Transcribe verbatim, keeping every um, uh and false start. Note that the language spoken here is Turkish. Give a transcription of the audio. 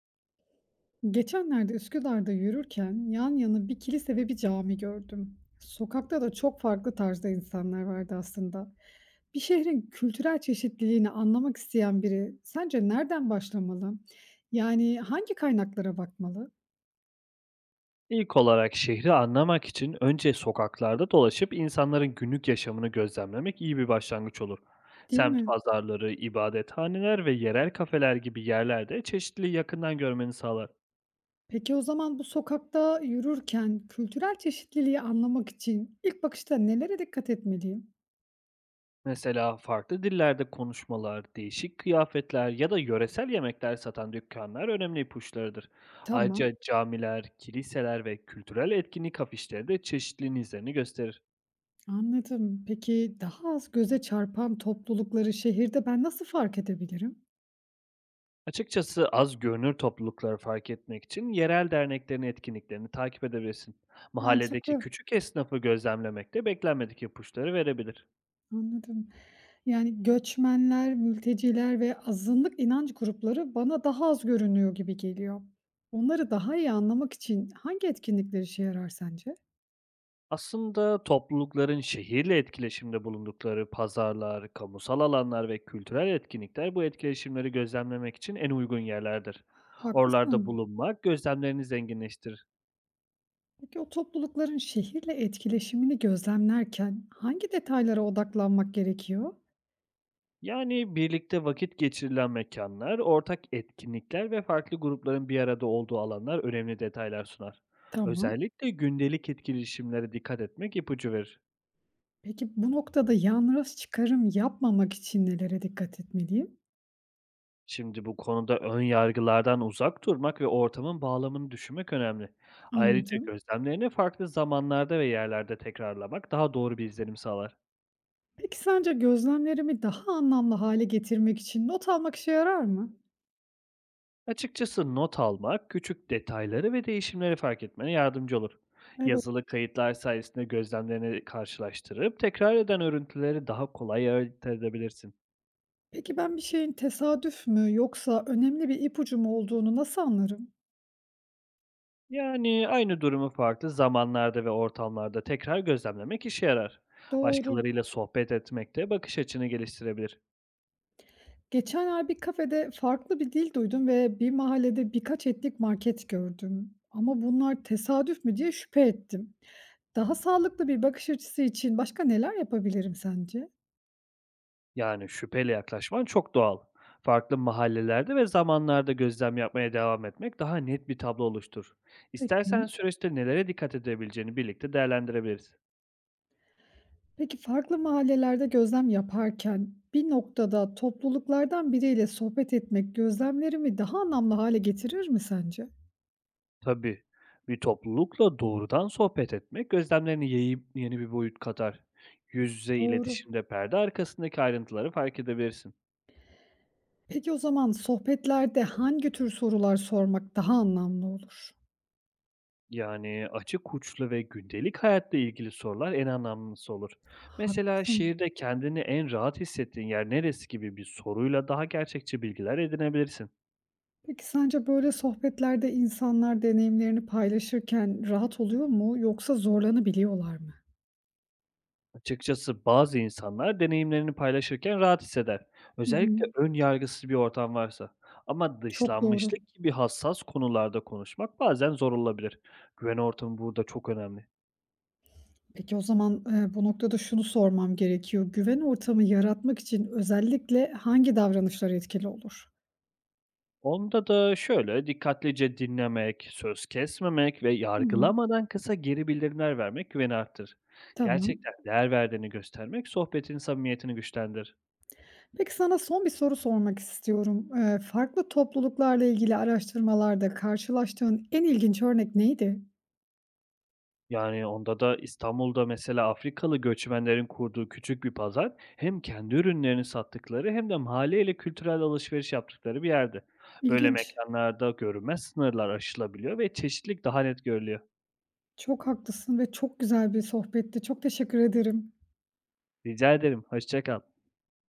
Geçenlerde Üsküdar'da yürürken yan yana bir kilise ve bir cami gördüm. Sokakta da çok farklı tarzda insanlar vardı aslında. Bir şehrin kültürel çeşitliliğini anlamak isteyen biri sence nereden başlamalı? Yani hangi kaynaklara bakmalı, İlk olarak şehri anlamak için önce sokaklarda dolaşıp insanların günlük yaşamını gözlemlemek iyi bir başlangıç olur. değil Semt mi? pazarları, ibadethaneler ve yerel kafeler gibi yerlerde çeşitliliği yakından görmeni sağlar. Peki o zaman bu sokakta yürürken kültürel çeşitliliği anlamak için ilk bakışta nelere dikkat etmeliyim? Mesela farklı dillerde konuşmalar, değişik kıyafetler ya da yöresel yemekler satan dükkanlar önemli ipuçlarıdır. Tamam, Ayrıca camiler, kiliseler ve kültürel etkinlik afişleri de çeşitliliğin izlerini gösterir. anladım. Peki daha az göze çarpan toplulukları şehirde ben nasıl fark edebilirim? Açıkçası az görünür toplulukları fark etmek için yerel derneklerin etkinliklerini takip edebilirsin. Mahalledeki Mantıklı, küçük esnafı gözlemlemek de beklenmedik ipuçları verebilir. anladım. Yani göçmenler, mülteciler ve azınlık inanç grupları bana daha az görünüyor gibi geliyor. Onları daha iyi anlamak için hangi etkinlikler işe yarar sence? Aslında toplulukların şehirle etkileşimde bulundukları pazarlar, kamusal alanlar ve kültürel etkinlikler bu etkileşimleri gözlemlemek için en uygun yerlerdir. Oralarda Haklısın. bulunmak gözlemlerini zenginleştirir. Peki o toplulukların şehirle etkileşimini gözlemlerken hangi detaylara odaklanmak gerekiyor? Yani, birlikte vakit geçirilen mekanlar, ortak etkinlikler ve farklı grupların bir arada olduğu alanlar önemli detaylar sunar. Tamam. Özellikle gündelik etkileşimlere dikkat etmek ipucu verir. Peki bu noktada yanlış çıkarım yapmamak için nelere dikkat etmeliyim? Şimdi bu konuda ön yargılardan uzak durmak ve ortamın bağlamını düşünmek önemli. Ayrıca Anladım. gözlemlerini farklı zamanlarda ve yerlerde tekrarlamak daha doğru bir izlenim sağlar. Peki sence gözlemlerimi daha anlamlı hale getirmek için not almak işe yarar mı? Açıkçası not almak küçük detayları ve değişimleri fark etmene yardımcı olur. Evet. Yazılı kayıtlar sayesinde gözlemlerini karşılaştırıp tekrar eden örüntüleri daha kolay ayırt edebilirsin. Peki ben bir şeyin tesadüf mü yoksa önemli bir ipucu mu olduğunu nasıl anlarım? Yani aynı durumu farklı zamanlarda ve ortamlarda tekrar gözlemlemek işe yarar. Doğru. Başkalarıyla sohbet etmek de bakış açını geliştirebilir. Geçen ay bir kafede farklı bir dil duydum ve bir mahallede birkaç etnik market gördüm. Ama bunlar tesadüf mü diye şüphe ettim. Daha sağlıklı bir bakış açısı için başka neler yapabilirim sence? Yani şüpheyle yaklaşman çok doğal. Farklı mahallelerde ve zamanlarda gözlem yapmaya devam etmek daha net bir tablo oluşturur. İstersen Peki. süreçte nelere dikkat edebileceğini birlikte değerlendirebiliriz. Peki farklı mahallelerde gözlem yaparken bir noktada topluluklardan biriyle sohbet etmek gözlemlerimi daha anlamlı hale getirir mi sence? Tabii bir toplulukla doğrudan sohbet etmek gözlemlerini yayıp yeni bir boyut katar. Yüz yüze Doğru. iletişimde perde arkasındaki ayrıntıları fark edebilirsin. Peki o zaman sohbetlerde hangi tür sorular sormak daha anlamlı olur? Yani, açık uçlu ve gündelik hayatla ilgili sorular en anlamlısı olur. Mesela, Haklısın. "Şehirde kendini en rahat hissettiğin yer neresi?" gibi bir soruyla daha gerçekçi bilgiler edinebilirsin. Peki sence böyle sohbetlerde insanlar deneyimlerini paylaşırken rahat oluyor mu yoksa zorlanabiliyorlar mı? Açıkçası bazı insanlar deneyimlerini paylaşırken rahat hisseder. Hı hı. Özellikle ön yargısız bir ortam varsa. Ama Çok doğru. dışlanmışlık gibi hassas konularda konuşmak bazen zor olabilir. Güven ortamı burada çok önemli. Peki o zaman eee, bu noktada şunu sormam gerekiyor. Güven ortamı yaratmak için özellikle hangi davranışlar etkili olur? Onda da şöyle, dikkatlice dinlemek, söz kesmemek ve Hı hı. yargılamadan kısa geri bildirimler vermek güveni arttır. Tamam. Gerçekten değer verdiğini göstermek sohbetin samimiyetini güçlendir. Peki sana son bir soru sormak istiyorum. Eee, farklı topluluklarla ilgili araştırmalarda karşılaştığın en ilginç örnek neydi? Yani onda da İstanbul'da mesela Afrikalı göçmenlerin kurduğu küçük bir pazar hem kendi ürünlerini sattıkları hem de mahalleyle kültürel alışveriş yaptıkları bir yerdi. Böyle İlginç. mekanlarda görünmez sınırlar aşılabiliyor ve çeşitlilik daha net görülüyor. Çok haklısın ve çok güzel bir sohbetti. Çok teşekkür ederim. Rica ederim, hoşça kal.